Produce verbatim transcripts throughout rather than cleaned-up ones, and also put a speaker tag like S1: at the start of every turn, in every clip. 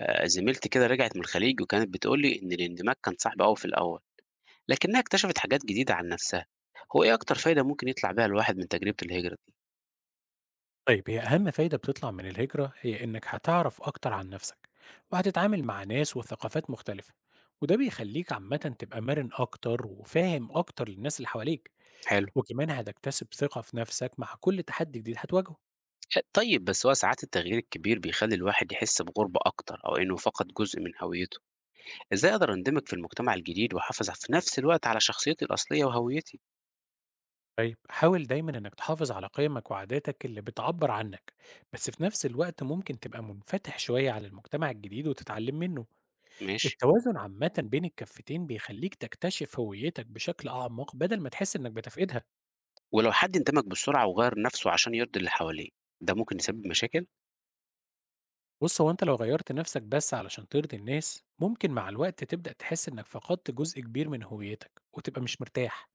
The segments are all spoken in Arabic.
S1: آآ زميلتي كده رجعت من الخليج وكانت بتقول لي إن الاندماج كان صعب أوي في الأول، لكنها اكتشفت حاجات جديدة عن نفسها. هو إيه أكتر فايدة ممكن يطلع بيها الواحد من تجربة الهجرة دي؟
S2: طيب هي أهم فايدة بتطلع من الهجرة هي إنك هتعرف أكتر عن نفسك وهتتعامل مع ناس وثقافات مختلفة، وده بيخليك عامة تبقى مرن أكتر وفاهم أكتر للناس اللي حواليك.
S1: حلو.
S2: وكمان هتكتسب ثقة في نفسك مع كل تحدي جديد هتواجهه.
S1: أ طيب بس هو ساعات التغيير الكبير بيخلّي الواحد يحس بغُربة أكتر أو إنه فقد جزء من هويته. إزاي أقدر أندمج في المجتمع الجديد وأحافظ في نفس الوقت على شخصيتي الأصلية وهويتي؟
S2: طيب حاول دايما إنك تحافظ على قيمك وعاداتك اللي بتعبر عنك، بس في نفس الوقت ممكن تبقى منفتح شوية على المجتمع الجديد وتتعلم منه.
S1: ماشي.
S2: التوازن عامة بين الكفتين بيخليك تكتشف هويتك بشكل أعمق بدل ما تحس إنك بتفقدها.
S1: ولو حد اندمج بسرعة وغيّر نفسه عشان يرضي اللي حواليه، ده ممكن يسبب مشاكل؟
S2: بص، هو انت لو غيرت نفسك بس علشان ترضي الناس ممكن مع الوقت تبدأ تحس انك فقدت جزء كبير من هويتك وتبقى مش مرتاح.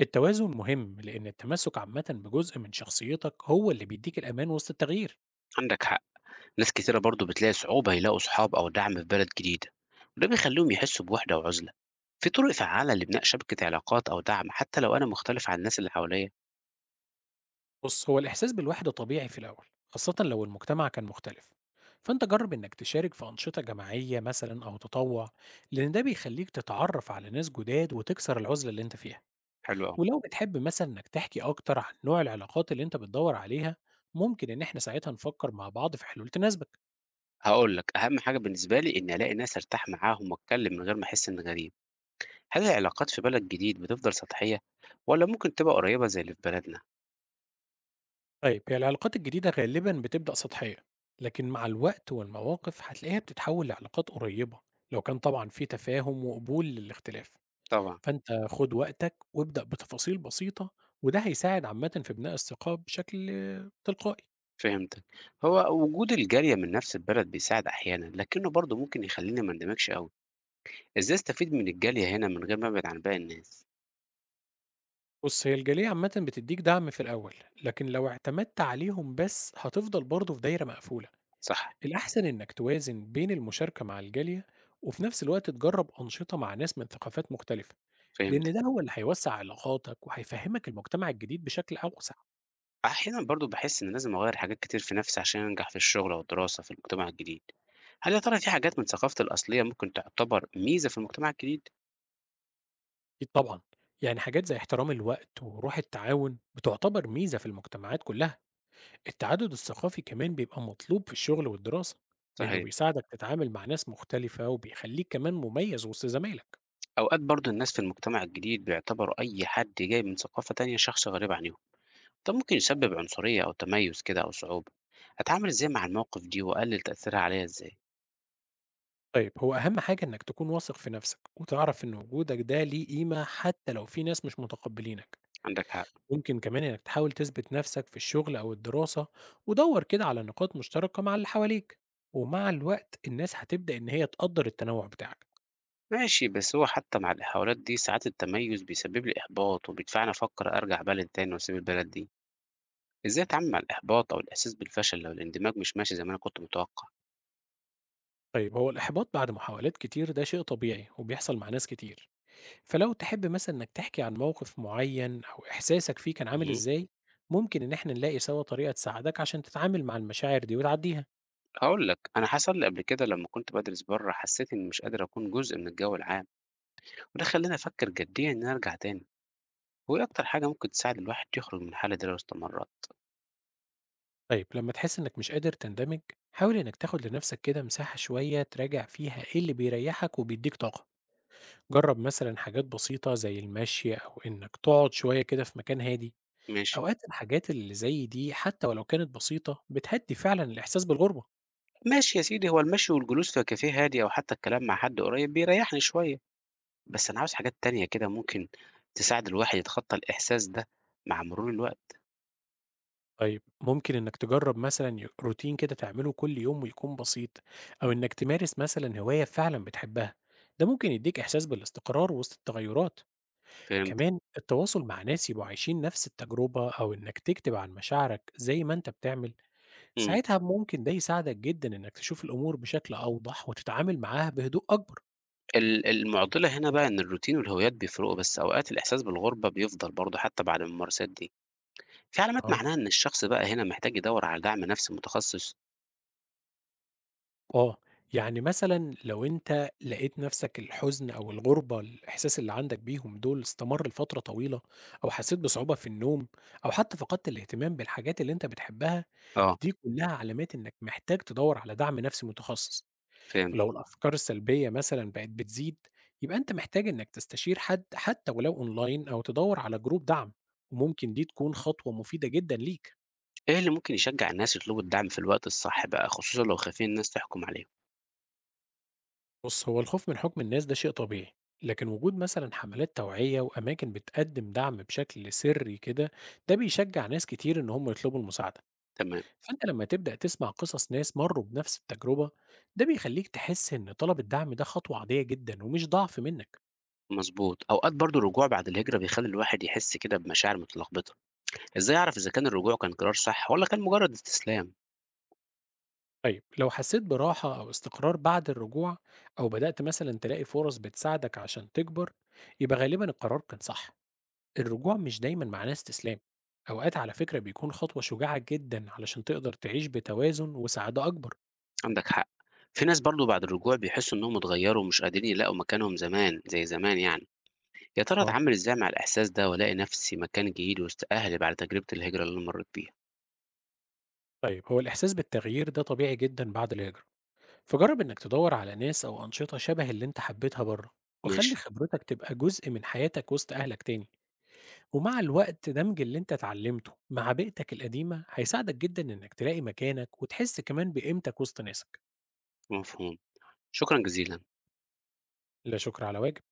S2: التوازن مهم لان التمسك عامة بجزء من شخصيتك هو اللي بيديك الامان وسط التغيير.
S1: عندك حق. ناس كتيرة برضو بتلاقي صعوبة يلاقوا صحاب أو دعم في بلد جديدة، وده بيخليهم يحسوا بوحدة وعزلة. في طرق فعالة لبناء شبكة علاقات أو دعم حتى لو أنا مختلف عن الناس اللي حواليا؟
S2: بص، هو الاحساس بالوحدة طبيعي في الاول، خاصة لو المجتمع كان مختلف. فانت جرب انك تشارك في انشطة جماعية مثلا او تطوع، لان ده بيخليك تتعرف على ناس جداد وتكسر العزلة اللي انت فيها.
S1: حلو أوي.
S2: ولو بتحب مثلا إنك تحكي أكتر عن نوع العلاقات اللي أنت بتدور عليها، ممكن إن إحنا ساعتها نفكر مع بعض في حلول تناسبك.
S1: هقول لك أهم حاجة بالنسبة لي إني ألاقي ناس أرتاح معاهم وأتكلم من غير ما أحس إني غريب. هل العلاقات في بلد جديد بتفضل سطحية ولا ممكن تبقى قريبة زي اللي في بلدنا؟
S2: طيب هي العلاقات الجديدة غالبا بتبدأ سطحية، لكن مع الوقت والمواقف هتلاقيها بتتحول لعلاقات قريبة، لو كان طبعا في تفاهم وقبول للاختلاف.
S1: طبعا.
S2: فأنت خد وقتك وابدأ بتفاصيل بسيطة، وده هيساعد عامة في بناء الثقة بشكل تلقائي.
S1: فهمتك. هو وجود الجالية من نفس البلد بيساعد أحيانا لكنه برضه ممكن يخليني ما اندمجش أوي. إزاي أستفيد من الجالية هنا من غير ما أبعد عن باقي الناس؟
S2: بص، هي الجالية عامة بتديك دعم في الأول، لكن لو اعتمدت عليهم بس هتفضل برضه في دايرة مقفولة.
S1: صح.
S2: الأحسن إنك توازن بين المشاركة مع الجالية وفي نفس الوقت تجرب أنشطة مع ناس من ثقافات مختلفة، لأن
S1: فهمت.
S2: ده هو اللي هيوسع علاقاتك وهيفهمك المجتمع الجديد بشكل أوسع.
S1: أحيانًا برضه باحس إني لازم أغيّر حاجات كتير في نَفْسي عشان أنجح في الشغل أو الدراسة في المجتمع الجديد. هل يا ترى في حاجات من ثقافتي الأصلية ممكن تعتبر ميزة في المجتمع الجديد؟
S2: أكيد طبعا، يعني حاجات زي احترام الوقت وروح التعاون بتعتبر ميزة في المجتمعات كلها. التعدد الثقافي كمان بيبقى مطلوب في الشغل والدراسة، لأنه
S1: صحيح.
S2: بيساعدك تتعامل مع ناس مختلفة وبيخليك كمان مميز وسط زمايلك.
S1: أوقات برضه الناس في المجتمع الجديد بيعتبروا أي حد جاي من ثقافة تانية شخص غريب عنيهم، ده ممكن يسبب عنصرية أو تميُّز كده أو صعوبة. أتعامل إزاي مع المواقف دي وأقلل تأثيرها عليّا إزاي؟
S2: طيب هو أهم حاجة إنك تكون واثق في نفسك وتعرف إن وجودك ده ليه قيمة، حتى لو في ناس مش متقبلينك.
S1: عندك حق.
S2: ممكن كمان إنك تحاول تثبت نفسك في الشغل أو الدراسة، ودور كده على نقاط مشتركة مع اللي حواليك، ومع الوقت الناس هتبدأ إن هي تقدر التنوع بتاعك.
S1: ماشي، بس هو حتى مع الحوارات دي ساعات التميُّز بيسبب لي إحباط وبيدفعني أفكّر أرجع بلدي تاني وأسيب البلد دي. إزاي أتعامل مع الإحباط أو الإحساس بالفشل لو الاندماج مش ماشي زي ما أنا كنت متوقع؟
S2: طيب هو الإحباط بعد محاولات كتير ده شيء طبيعي وبيحصل مع ناس كتير. فلو تحب مثلا إنك تحكي عن موقف معين أو إحساسك فيه كان عامل
S1: اهم،
S2: إزاي، ممكن إن إحنا نلاقي سوا طريقة تساعدك عشان تتعامل مع المشاعر دي وتعديها.
S1: هاقول لك أنا حصل لي قبل كده لما كنت بدرس بره حسيت إني مش قادر أكون جزء من الجو العام، وده خلاني أفكر جديا إن أنا أرجع تاني. وإيه أكتر حاجة ممكن تساعد الواحد يخرج من الحالة دي لو استمرت؟
S2: طيب لما تحس إنك مش قادر تندمج، حاول إنك تاخد لنفسك كده مساحة شوية تراجع فيها إيه اللي بيريحك وبيديك طاقة. جرب مثلا حاجات بسيطة زي المشي أو إنك تقعد شوية كده في مكان هادي.
S1: ماشي.
S2: أوقات الحاجات اللي زي دي حتى ولو كانت بسيطة بتهدي فعلا الإحساس بالغربة.
S1: ماشي يا سيدي. هو المشي والجلوس في كافيه هادي أو حتى الكلام مع حد قريب بيريحني شوية، بس أنا عاوز حاجات تانية كده ممكن تساعد الواحد يتخطى الإحساس ده مع مرور الوقت.
S2: طيب ممكن إنك تجرب مثلا ي- روتين كده تعمله كل يوم ويكون بسيط، أو إنك تمارس مثلا هواية فعلا بتحبها. ده ممكن يديك إحساس بالاستقرار وسط التغيرات.
S1: فهمت؟
S2: كمان التواصل مع ناس يبقوا عايشين نفس التجربة أو إنك تكتب عن مشاعرك زي ما أنت بتعمل، ساعتها ممكن ده يساعدك جدًا إنك تشوف الأمور بشكل أوضح وتتعامل معاها بهدوء أكبر.
S1: ال المعضلة هنا بقى إن الروتين والهوايات بيفرقوا، بس أوقات الإحساس بالغربة بيفضل برضه حتى بعد الممارسات دي. في علامات
S2: آه.
S1: معناها إن الشخص بقى هنا محتاج يدوّر على دعم نفسي متخصص؟
S2: آه، يعني مثلًا لو أنت لقيت نفسك الحزن أو الغُربة، الإحساس اللي عندك بيهم دول استمر لفترة طويلة، أو حسيت بصعوبة في النوم، أو حتى فقدت الاهتمام بالحاجات اللي أنت بتحبها،
S1: آه.
S2: دي كلها علامات إنك محتاج تدوّر على دعم نفسي متخصص.
S1: فهمت.
S2: ولو الأفكار السلبية مثلًا بقت بتزيد، يبقى أنت محتاج إنك تستشير حد حتى ولو أونلاين أو تدوّر على جروب دعم، وممكن دي تكون خطوة مفيدة جدًا ليك.
S1: إيه اللي ممكن يشجّع الناس يطلبوا الدعم في الوقت الصح بقى، خصوصًا لو خايفين الناس تحكم عليهم؟
S2: بُص، هو الخوف من حكم الناس ده شيء طبيعي، لكن وجود مثلًا حملات توعية وأماكن بتقدم دعم بشكل سري كده، ده بيشجع ناس كتير إن هم يطلبوا المساعدة.
S1: تمام.
S2: فأنت لما تبدأ تسمع قصص ناس مرّوا بنفس التجربة، ده بيخليك تحس إن طلب الدعم ده خطوة عادية جدًا ومش ضعف منك.
S1: مضبوط. أوقات برضه الرجوع بعد الهجرة بيخلّي الواحد يحس كده بمشاعر متلخبطة. إزاي أعرف إذا كان الرجوع كان قرار صح والّا كان مجرد استسلام؟
S2: طيب لو حسيت براحة أو استقرار بعد الرجوع، أو بدأت مثلا تلاقي فرص بتساعدك عشان تكبر، يبقى غالبا القرار كان صح. الرجوع مش دايما معناه استسلام. أوقات على فكرة بيكون خطوة شجاعة جدا علشان تقدر تعيش بتوازن وسعادة أكبر.
S1: عندك حق. في ناس برضه بعد الرجوع بيحسّوا إنّهم اتغيّروا ومش قادرين يلاقوا مكانهم زمان زي زمان يعني. يا ترى
S2: اه.
S1: أتعامل إزاي مع الإحساس ده وألاقي نفسي مكان جديد وسط أهلي بعد تجربة الهجرة اللي أنا مريت بيها؟
S2: طيب هو الإحساس بالتغيير ده طبيعي جدا بعد الهجرة، فجرب إنك تدور على ناس أو أنشطة شبه اللي أنت حبيتها بره. وخلي
S1: ماشي.
S2: خبرتك تبقى جزء من حياتك وسط أهلك تاني، ومع الوقت دمج اللي أنت اتعلمته مع بيئتك القديمة هيساعدك جدًا إنك تلاقي مكانك وتحس كمان بقيمتك وسط ناسك.
S1: مفهوم. شكرا جزيلا.
S2: لا شكر على واجب.